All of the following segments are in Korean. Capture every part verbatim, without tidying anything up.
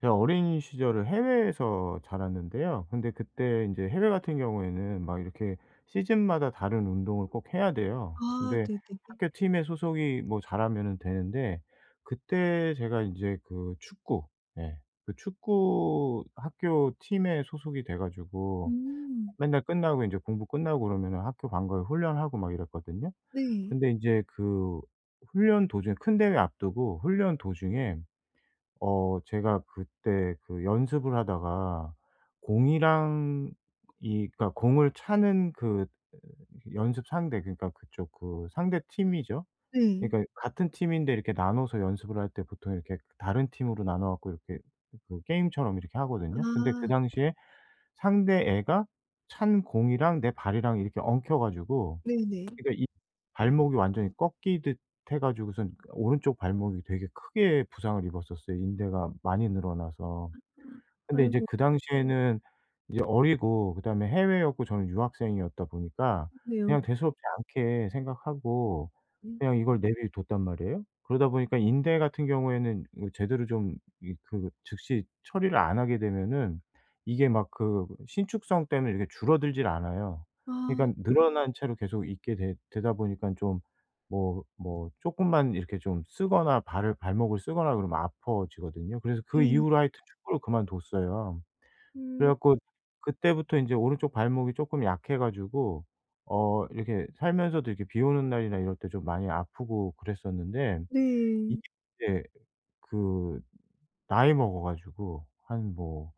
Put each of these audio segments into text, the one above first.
제가 어린 시절을 해외에서 자랐는데요. 근데 그때 인제 해외 같은 경우에는 막 이렇게 시즌마다 다른 운동을 꼭 해야 돼요. 아 근데 네네네. 학교 팀에 소속이 뭐 잘하면은 되는데, 그때 제가 인제 그 축구 예 그 축구 학교 팀에 소속이 돼 가지고 음. 맨날 끝나고 인제 공부 끝나고 그러면은 학교 간 거에 훈련하고 막 이랬거든요. 네. 근데 인제 그 훈련 도중에, 큰 대회 앞두고 훈련 도중에 어 제가 그때 그 연습을 하다가 공이랑 이 그러니까 공을 차는 그 연습 상대, 그러니까 그쪽 그 상대 팀이죠. 네. 그러니까 같은 팀인데 이렇게 나눠서 연습을 할 때 보통 이렇게 다른 팀으로 나눠 갖고 이렇게 그 게임처럼 이렇게 하거든요. 근데 그 아 당시에 상대 애가 찬 공이랑 내 발이랑 이렇게 엉켜 가지고, 네네. 그러니까 이 발목이 완전히 꺾이듯 해 가지고선 오른쪽 발목이 되게 크게 부상을 입었었어요, 인대가 많이 늘어나서. 근데 이제 아이고 그 당시에는 이제 어리고 그다음에 해외였고 저는 유학생이었다 보니까 네요. 그냥 대수롭지 않게 생각하고 음. 그냥 이걸 내비뒀단 말이에요. 그러다 보니까 인대 같은 경우에는 그 제대로 좀 이 그 즉시 처리를 안 하게 되면은 이게 막 그 신축성 때문에 이렇게 줄어들질 않아요. 아 그러니까 늘어난 채로 계속 있게 되 되다 보니깐 좀 뭐 뭐 조금만 이렇게 좀 쓰거나 발을 발목을 쓰거나 그러면 아파지거든요. 그래서 그 네. 이후로 하여튼 축구를 그만뒀어요. 그래 음 갖고 그때부터 이제 오른쪽 발목이 조금 약해 가지고 어 이렇게 살면서도 이렇게 비 오는 날이나 이럴 때 좀 많이 아프고 그랬었는데. 이게 네. 예 그 나이 먹어 가지고 한뭐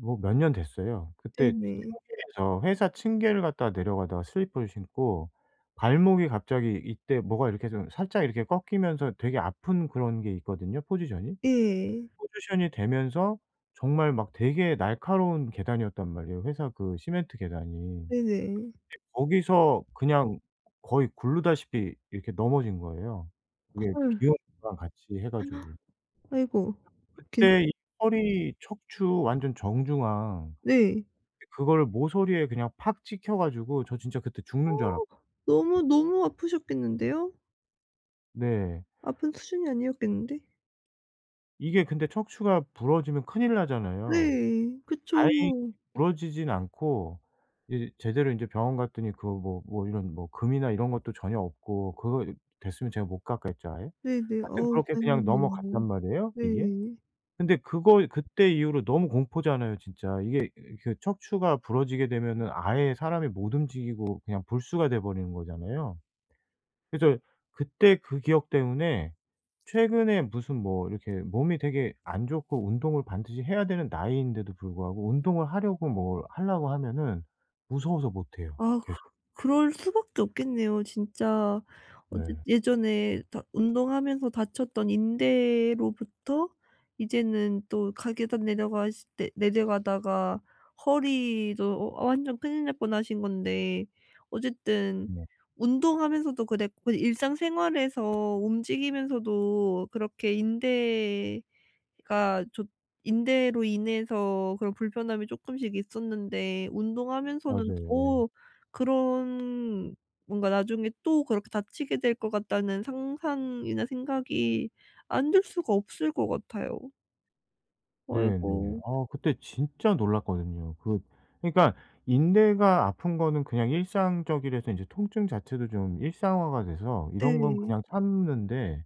뭐 몇 년 됐어요. 그때 네네. 층계에서, 회사 층계를 갔다가 내려가다가 슬리퍼를 신고 발목이 갑자기 이때 뭐가 이렇게 좀 살짝 이렇게 꺾이면서 되게 아픈 그런 게 있거든요, 포지션이. 예. 포지션이 되면서 정말 막 되게 날카로운 계단이었단 말이에요, 회사 그 시멘트 계단이. 네네. 거기서 그냥 거의 굴르다시피 이렇게 넘어진 거예요. 이게 헐. 비 오는 거랑 같이 해 가지고. 아이고. 괜 그때 이 허리 척추 완전 정중앙, 네. 그거를 모서리에 그냥 팍 찍혀 가지고 저 진짜 그때 어 죽는 줄 알았고. 너무, 너무 아프셨겠는데요? 네. 아픈 수준이 아니었겠는데? 이게 근데 척추가 부러지면 큰일 나잖아요. 네. 그쵸. 다행히 부러지진 않고 이제 제대로 인제 병원 갔더니 그 뭐 뭐 이런 뭐 금이나 이런 것도 전혀 없고, 그거 이 됐으면 제가 못 갔겠죠 아예? 네네. 하여튼 어우 그렇게 그냥 넘어갔단 다행이네요. 말이에요 이게. 네. 근데 그거 그때 이후로 너무 공포잖아요 진짜. 이게 그 척추가 부러지게 되면은 아예 사람이 못 움직이고 그냥 불수가 돼 버리는 거잖아요. 그래서 그때 그 기억 때문에 최근에 무슨 뭐 이렇게 몸이 되게 안 좋고 운동을 반드시 해야 되는 나이인데도 불구하고 운동을 하려고 뭘 하려고 하면은 무서워서 못 해요 아 계속. 그 그럴 수밖에 없겠네요. 진짜 어쨌 네. 예전에 다 운동하면서 다쳤던 인대로부터 이제는 또 계단 내려가실 때 내려가다가 허리도 어 완전 큰일 날 뻔하신 건데 어쨌든 네. 운동하면서도 그랬고 일상생활에서 움직이면서도 그렇게 인대 그러니까 저 인대로 인해서 그런 불편함이 쪼끔씩 있었는데 운동하면서는 맞아요. 예. 더 그런 뭔가 나중에 또 그렇게 다치게 될 것 같다는 상상이나 생각이 안 들 수가 없을 것 같아요. 네네. 아이고. 아 그때 진짜 놀랐거든요. 그 그러니까 인대가 아픈 거는 그냥 일상적이라서 인제 통증 자체도 좀 일상화가 돼서 이런 건 네. 그냥 참는데,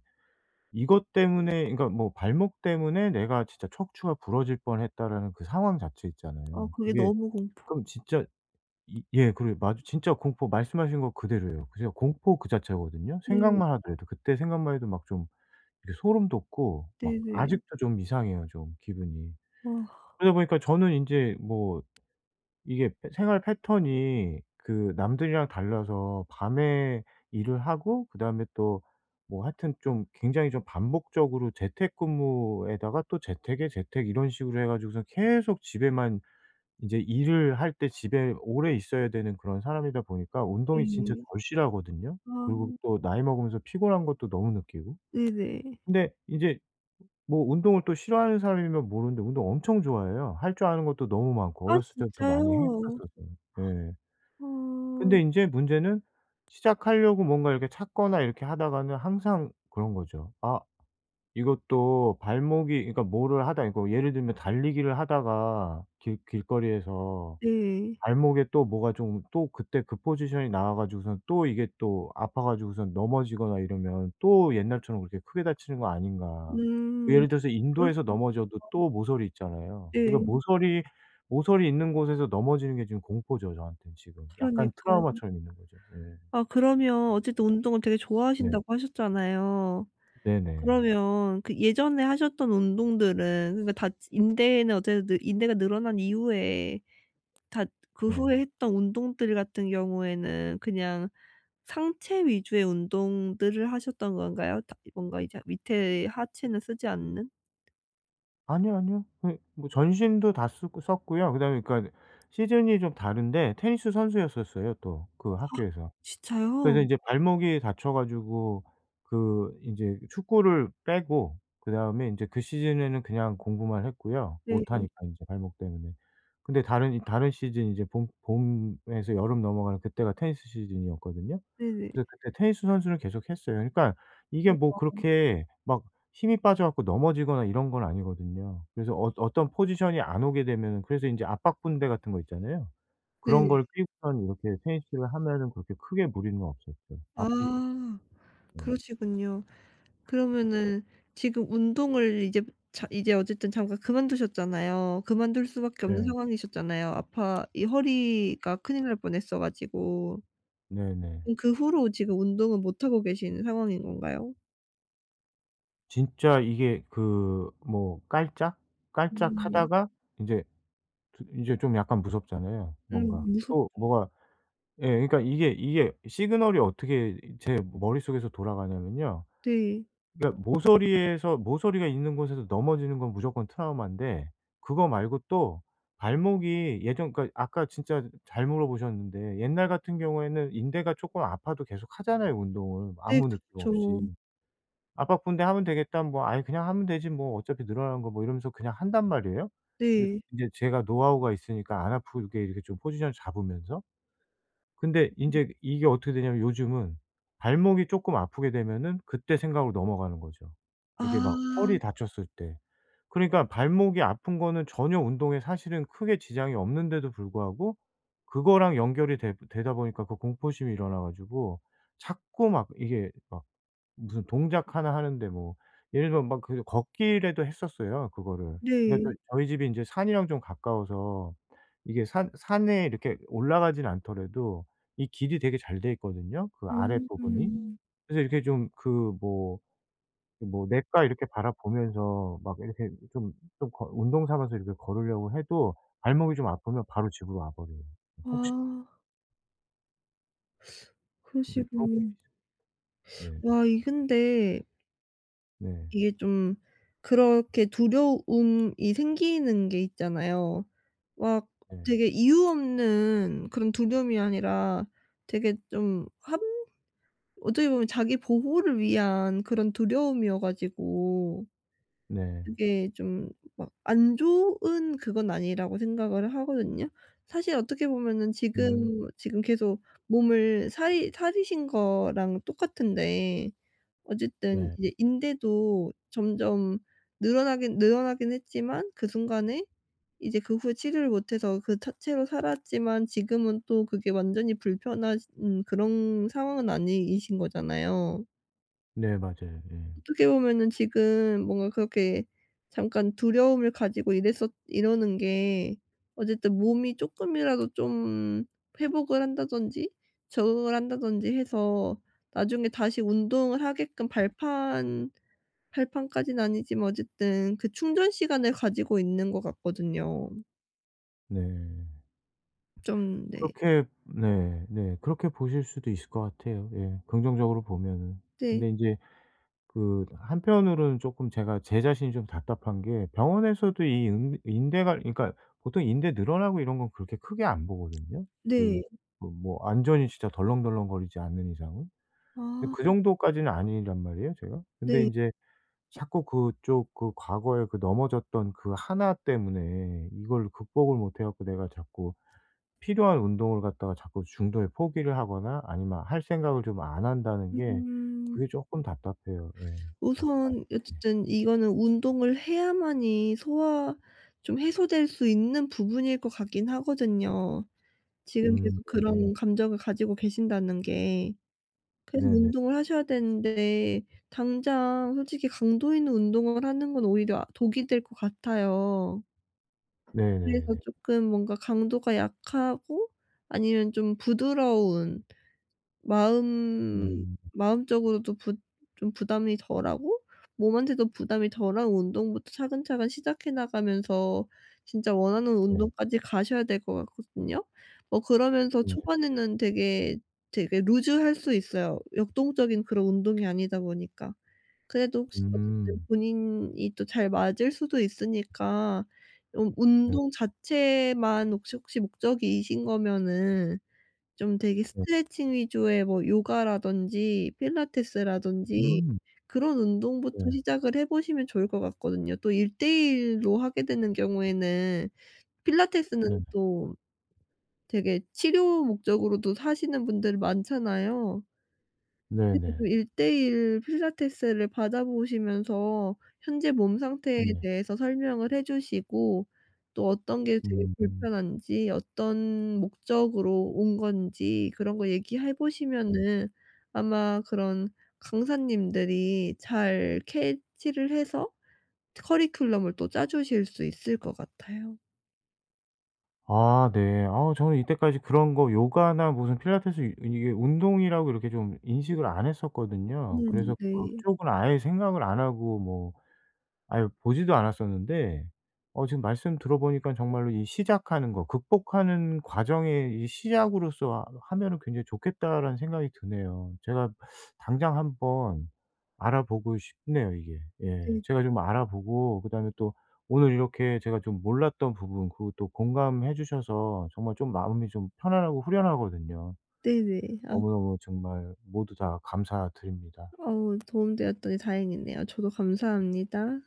이것 때문에 그러니까 뭐 발목 때문에 '내가 진짜 척추가 부러질 뻔했다.'라는 그 상황 자체 아 있잖아요. 그게 그게 너무 공포 그럼 진짜 이 예 그래요. 맞아 진짜 공포 말씀하신 거 그대로예요. 그냥 공포 그 자체거든요. 네. 생각만 하더라도, 그때 생각만 해도 막 좀 이렇게 소름 돋고 막 네네. 아직도 좀 이상해요 좀 기분이. 아 그러다 보니까 저는 인제 뭐 이게 패 생활 패턴이 그 남들이랑 달라서 밤에 일을 하고 그다음에 또 뭐 하여튼 좀 굉장히 좀 반복적으로 재택근무에다가 또 재택에 재택 이런 식으로 해가지고서 계속 집에만, 이제 일을 할 때 집에 오래 있어야 되는 그런 사람이다 보니까 운동이 진짜 네. 절실하거든요. 그리고 아 또 나이 먹으면서 피곤한 것도 너무 느끼고. 네네. 근데 이제 뭐 운동을 또 싫어하는 사람이면 모르는데 운동 엄청 좋아해요. 할 줄 아는 것도 너무 많고 아 어렸을 때부터 많이 진짜요? 했었어서. 예. 아 근데 인제 문제는 시작하려고 뭔가 이렇게 찾거나 이렇게 하다가는 항상 그런 거죠. '아 이것도 발목이.' 그러니까 뭐를 하다 이거 예를 들면 달리기를 하다가 길 길거리에서 네. 발목에 또 뭐가 좀 또 그때 그 포지션이 나와 가지고선 또 이게 또 아파 가지고선 넘어지거나 이러면 또 옛날처럼 그렇게 크게 다치는 거 아닌가. 그 음. 예를 들어서 그럴 인도에서 수 넘어져도 또 모서리 있잖아요. 그러니까 네. 모서리 모서리 있는 곳에서 넘어지는 게 지금 공포죠, 저한테는 지금. 약간 그러니까요. 트라우마처럼 있는 거죠. 예. 아 그러면 어쨌든 운동을 되게 네. 좋아하신다고 하셨잖아요. 네네. 그러면 그 예전에 하셨던 운동들은 그러니까 다 인대는 어쨌든 늘 인대가 늘어난 이후에 다 그 네. 후에 했던 운동들 같은 경우에는 그냥 상체 위주의 운동들을 하셨던 건가요? 다 뭔가 이제 밑에 하체는 쓰지 않는? 아니요, 아니요. 그 뭐 전신도 다 쓰고 썼고요. 그다음에 그러니까 시즌이 좀 다른데 테니스 선수였었어요, 또 그 학교에서. 진짜요? 그래서 인제 발목이 다쳐 가지고 그 인제 축구를 빼고 그다음에 인제 그 시즌에는 그냥 공부만 했고요. 못 네. 하니까 인제 발목 때문에. 근데 다른 이 다른 시즌 이제 봄 봄에서 여름 넘어가는 그때가 테니스 시즌이었거든요. 네네. 그래서 그때 테니스 선수를 계속 했어요. 그러니까 이게 뭐 그렇게 막 힘이 빠져 갖고 넘어지거나 이런 건 아니거든요. 그래서 어 어떤 포지션이 안 오게 되면은, 그래서 인제 압박 분대 같은 거 있잖아요. 그런 네네. 걸 끼고선 이렇게 테니스를 하면은 그렇게 크게 무리는 없었죠. 아프고. 아 네. 그러시군요. 그러면은 지금 운동을 이제 자 이제 어쨌든 잠깐 그만두셨잖아요. 그만둘 수밖에 없는 상황이셨잖아요. 아파 이 허리가 큰일 날 뻔했어 가지고. 네네. 그럼 그 후로 지금 운동은 못 하고 계신 상황인 건가요? 진짜 이게 그 뭐 깔짝? 음. 깔짝하다가 인제 드 인제 좀 약간 무섭잖아요, 뭔가. 음 무섭 또 뭐가 예 그러니까 이게, 이게 시그널이 어떻게 제 머릿속에서 돌아가냐면요. 네. 그러니까 모서리에서 모서리가 있는 곳에서 넘어지는 건 무조건 트라우마인데, 그거 말고 또 발목이 예전 그러니까 아까 진짜 잘 물어보셨는데 옛날 같은 경우에는 인대가 쪼끔 아파도 계속 하잖아요 운동을 네 아무 느낌 그쵸. 없이. '아팠군데 하면 되겠다.' 뭐 '아이 그냥 하면 되지 뭐 어차피 늘어나는 거 뭐.' 이러면서 그냥 한단 말이에요. 근데 네. 인제 제가 노하우가 있으니까 안 아프게 이렇게 좀 포지션을 잡으면서. 근데 인제 이게 어떻게 되냐면 요즘은 발목이 쪼끔 아프게 되면은 그때 생각으로 넘어가는 거죠. 이게 막 아 허리 다쳤을 때. 그러니까 발목이 아픈 거는 전혀 운동에 사실은 크게 지장이 없는데도 불구하고 그거랑 연결이 되 되다 보니까 그 공포심이 일어나 가지고 자꾸 막 이게 막 무슨 동작 하나 하는데 뭐 예를 들면 막 그 걷기라도 했었어요 그거를. 그러니까 네. 저 저희 집이 인제 산이랑 좀 가까워서 이게 산 산에 이렇게 올라가진 않더라도 이 길이 되게 잘 돼 있거든요 그 아랫부분이. 음. 그래서 이렇게 좀 그 뭐 뭐 냇가 이렇게 바라보면서 막 이렇게 좀 좀 걷 운동 삼아서 이렇게 걸으려고 해도 발목이 좀 아프면 바로 집으로 와 버려요. 혹시 아 네. 그런 게 그러시군요. 네. 와 이 근데 네. 이게 좀 그렇게 두려움이 생기는 게 있잖아요. 막 네. 되게 이유 없는 그런 두려움이 아니라 되게 좀 함 어떻게 보면 자기 보호를 위한 그런 두려움이어 가지고 네. 그게 좀 막 안 좋은 그건 아니라고 생각을 하거든요. 사실 어떻게 보면은 지금 음. 지금 계속 몸을 사리 사리신 거랑 똑같은데 어쨌든 네. 이제 인대도 점점 늘어나긴 늘어나긴 했지만 그 순간에 이제 그 후에 치료를 못 해서 그 자체로 살았지만 지금은 또 그게 완전히 불편하신 그런 상황은 아니신 거잖아요. 네 맞아요. 예. 어떻게 보면은 지금 뭔가 그렇게 잠깐 두려움을 가지고 이랬었 이러는 게 어쨌든 몸이 쪼끔이라도 좀 회복을 한다든지 적응을 한다든지 해서 나중에 다시 운동을 하게끔 발판 할 판까지는 아니지만 어쨌든 그 충전 시간을 가지고 있는 것 같거든요. 네. 좀 네. 그렇게 네. 네. 그렇게 보실 수도 있을 것 같아요. 예. 긍정적으로 보면은. 네. 근데 인제 그 한편으로는 쪼끔 제가 제 자신이 좀 답답한 게 병원에서도 이 은 인대가 그러니까 보통 인대 늘어나고 이런 건 그렇게 크게 안 보거든요. 그 네. 그 뭐 안전이 진짜 덜렁덜렁거리지 않는 이상은. 근데 그 아 정도까지는 아니란 말이에요 제가. 근데 네. 인제 자꾸 그쪽 그 과거에 그 넘어졌던 그 하나 때문에 이걸 극복을 못 해 갖고 내가 자꾸 필요한 운동을 갖다가 자꾸 중도에 포기를 하거나 아니면 할 생각을 좀 안 한다는 게, 음. 그게 쪼끔 답답해요. 예. 약간. 우선 네. 어쨌든 이거는 운동을 해야만이 소화 좀 해소될 수 있는 부분일 것 같긴 하거든요. 지금 음 계속 네네. 그런 감정을 가지고 계신다는 게. 그래서 네네. 운동을 하셔야 되는데 당장 솔직히 강도 있는 운동을 하는 건 오히려 아 독이 될 것 같아요. 그래서 네네네. 쪼끔 뭔가 강도가 약하고 아니면 좀 부드러운 마음 음 마음적으로도 부 좀 부담이 덜하고 몸한테도 부담이 덜한 운동부터 차근차근 시작해 나가면서 진짜 원하는 네. 운동까지 가셔야 될 것 같거든요. 어 그러면서 네. 초반에는 되게, 되게 루즈할 수 있어요 역동적인 그런 운동이 아니다 보니까. 그래도 혹시 어쨌든 음. 본인이 또 잘 맞을 수도 있으니까 좀 네 운동 자체만 혹시 혹시 목적이신 거면은 좀 되게 네. 스트레칭 위주의 뭐 요가라든지 필라테스라든지 음. 그런 네. 운동부터 시작을 해 보시면 좋을 것 같거든요. 또 일 대 일 로 하게 되는 경우에는 필라테스는 네. 또 되게 치료 목적으로도 하시는 분들 많잖아요. 네네. 그래서 좀 네. 일 대일 필라테스를 받아보시면서 현재 몸 상태에 네. 대해서 설명을 해 주시고 또 어떤 게 되게 음. 불편한지 어떤 목적으로 온 건지 그런 거 얘기해 네. 보시면은 아마 그런 강사님들이 잘 캐치를 해서 커리큘럼을 또 짜 주실 수 있을 것 같아요. 아 네. 아 저는 이때까지 그런 거 요가나 무슨 필라테스 이 이게 운동이라고 이렇게 좀 인식을 안 했었거든요. 그래서 음 네. 그쪽은 아예 생각을 안 하고 뭐 아유 보지도 않았었는데, 어 지금 말씀 들어보니까 정말로 이 시작하는 거 극복하는 과정의 이 시작으로서 하 하면은 굉장히 좋겠다라는 생각이 드네요. 제가 당장 한번 알아보고 싶네요 이게. 예. 네 제가 좀 알아보고 그다음에 또 오늘 이렇게 제가 좀 몰랐던 부분 그리고 또 공감해 주셔서 정말 좀 마음이 좀 편안하고 후련하거든요. 네네. 아 너무너무 정말 모두 다 감사드립니다. 어우 도움 되었더니 다행이네요. 저도 감사합니다.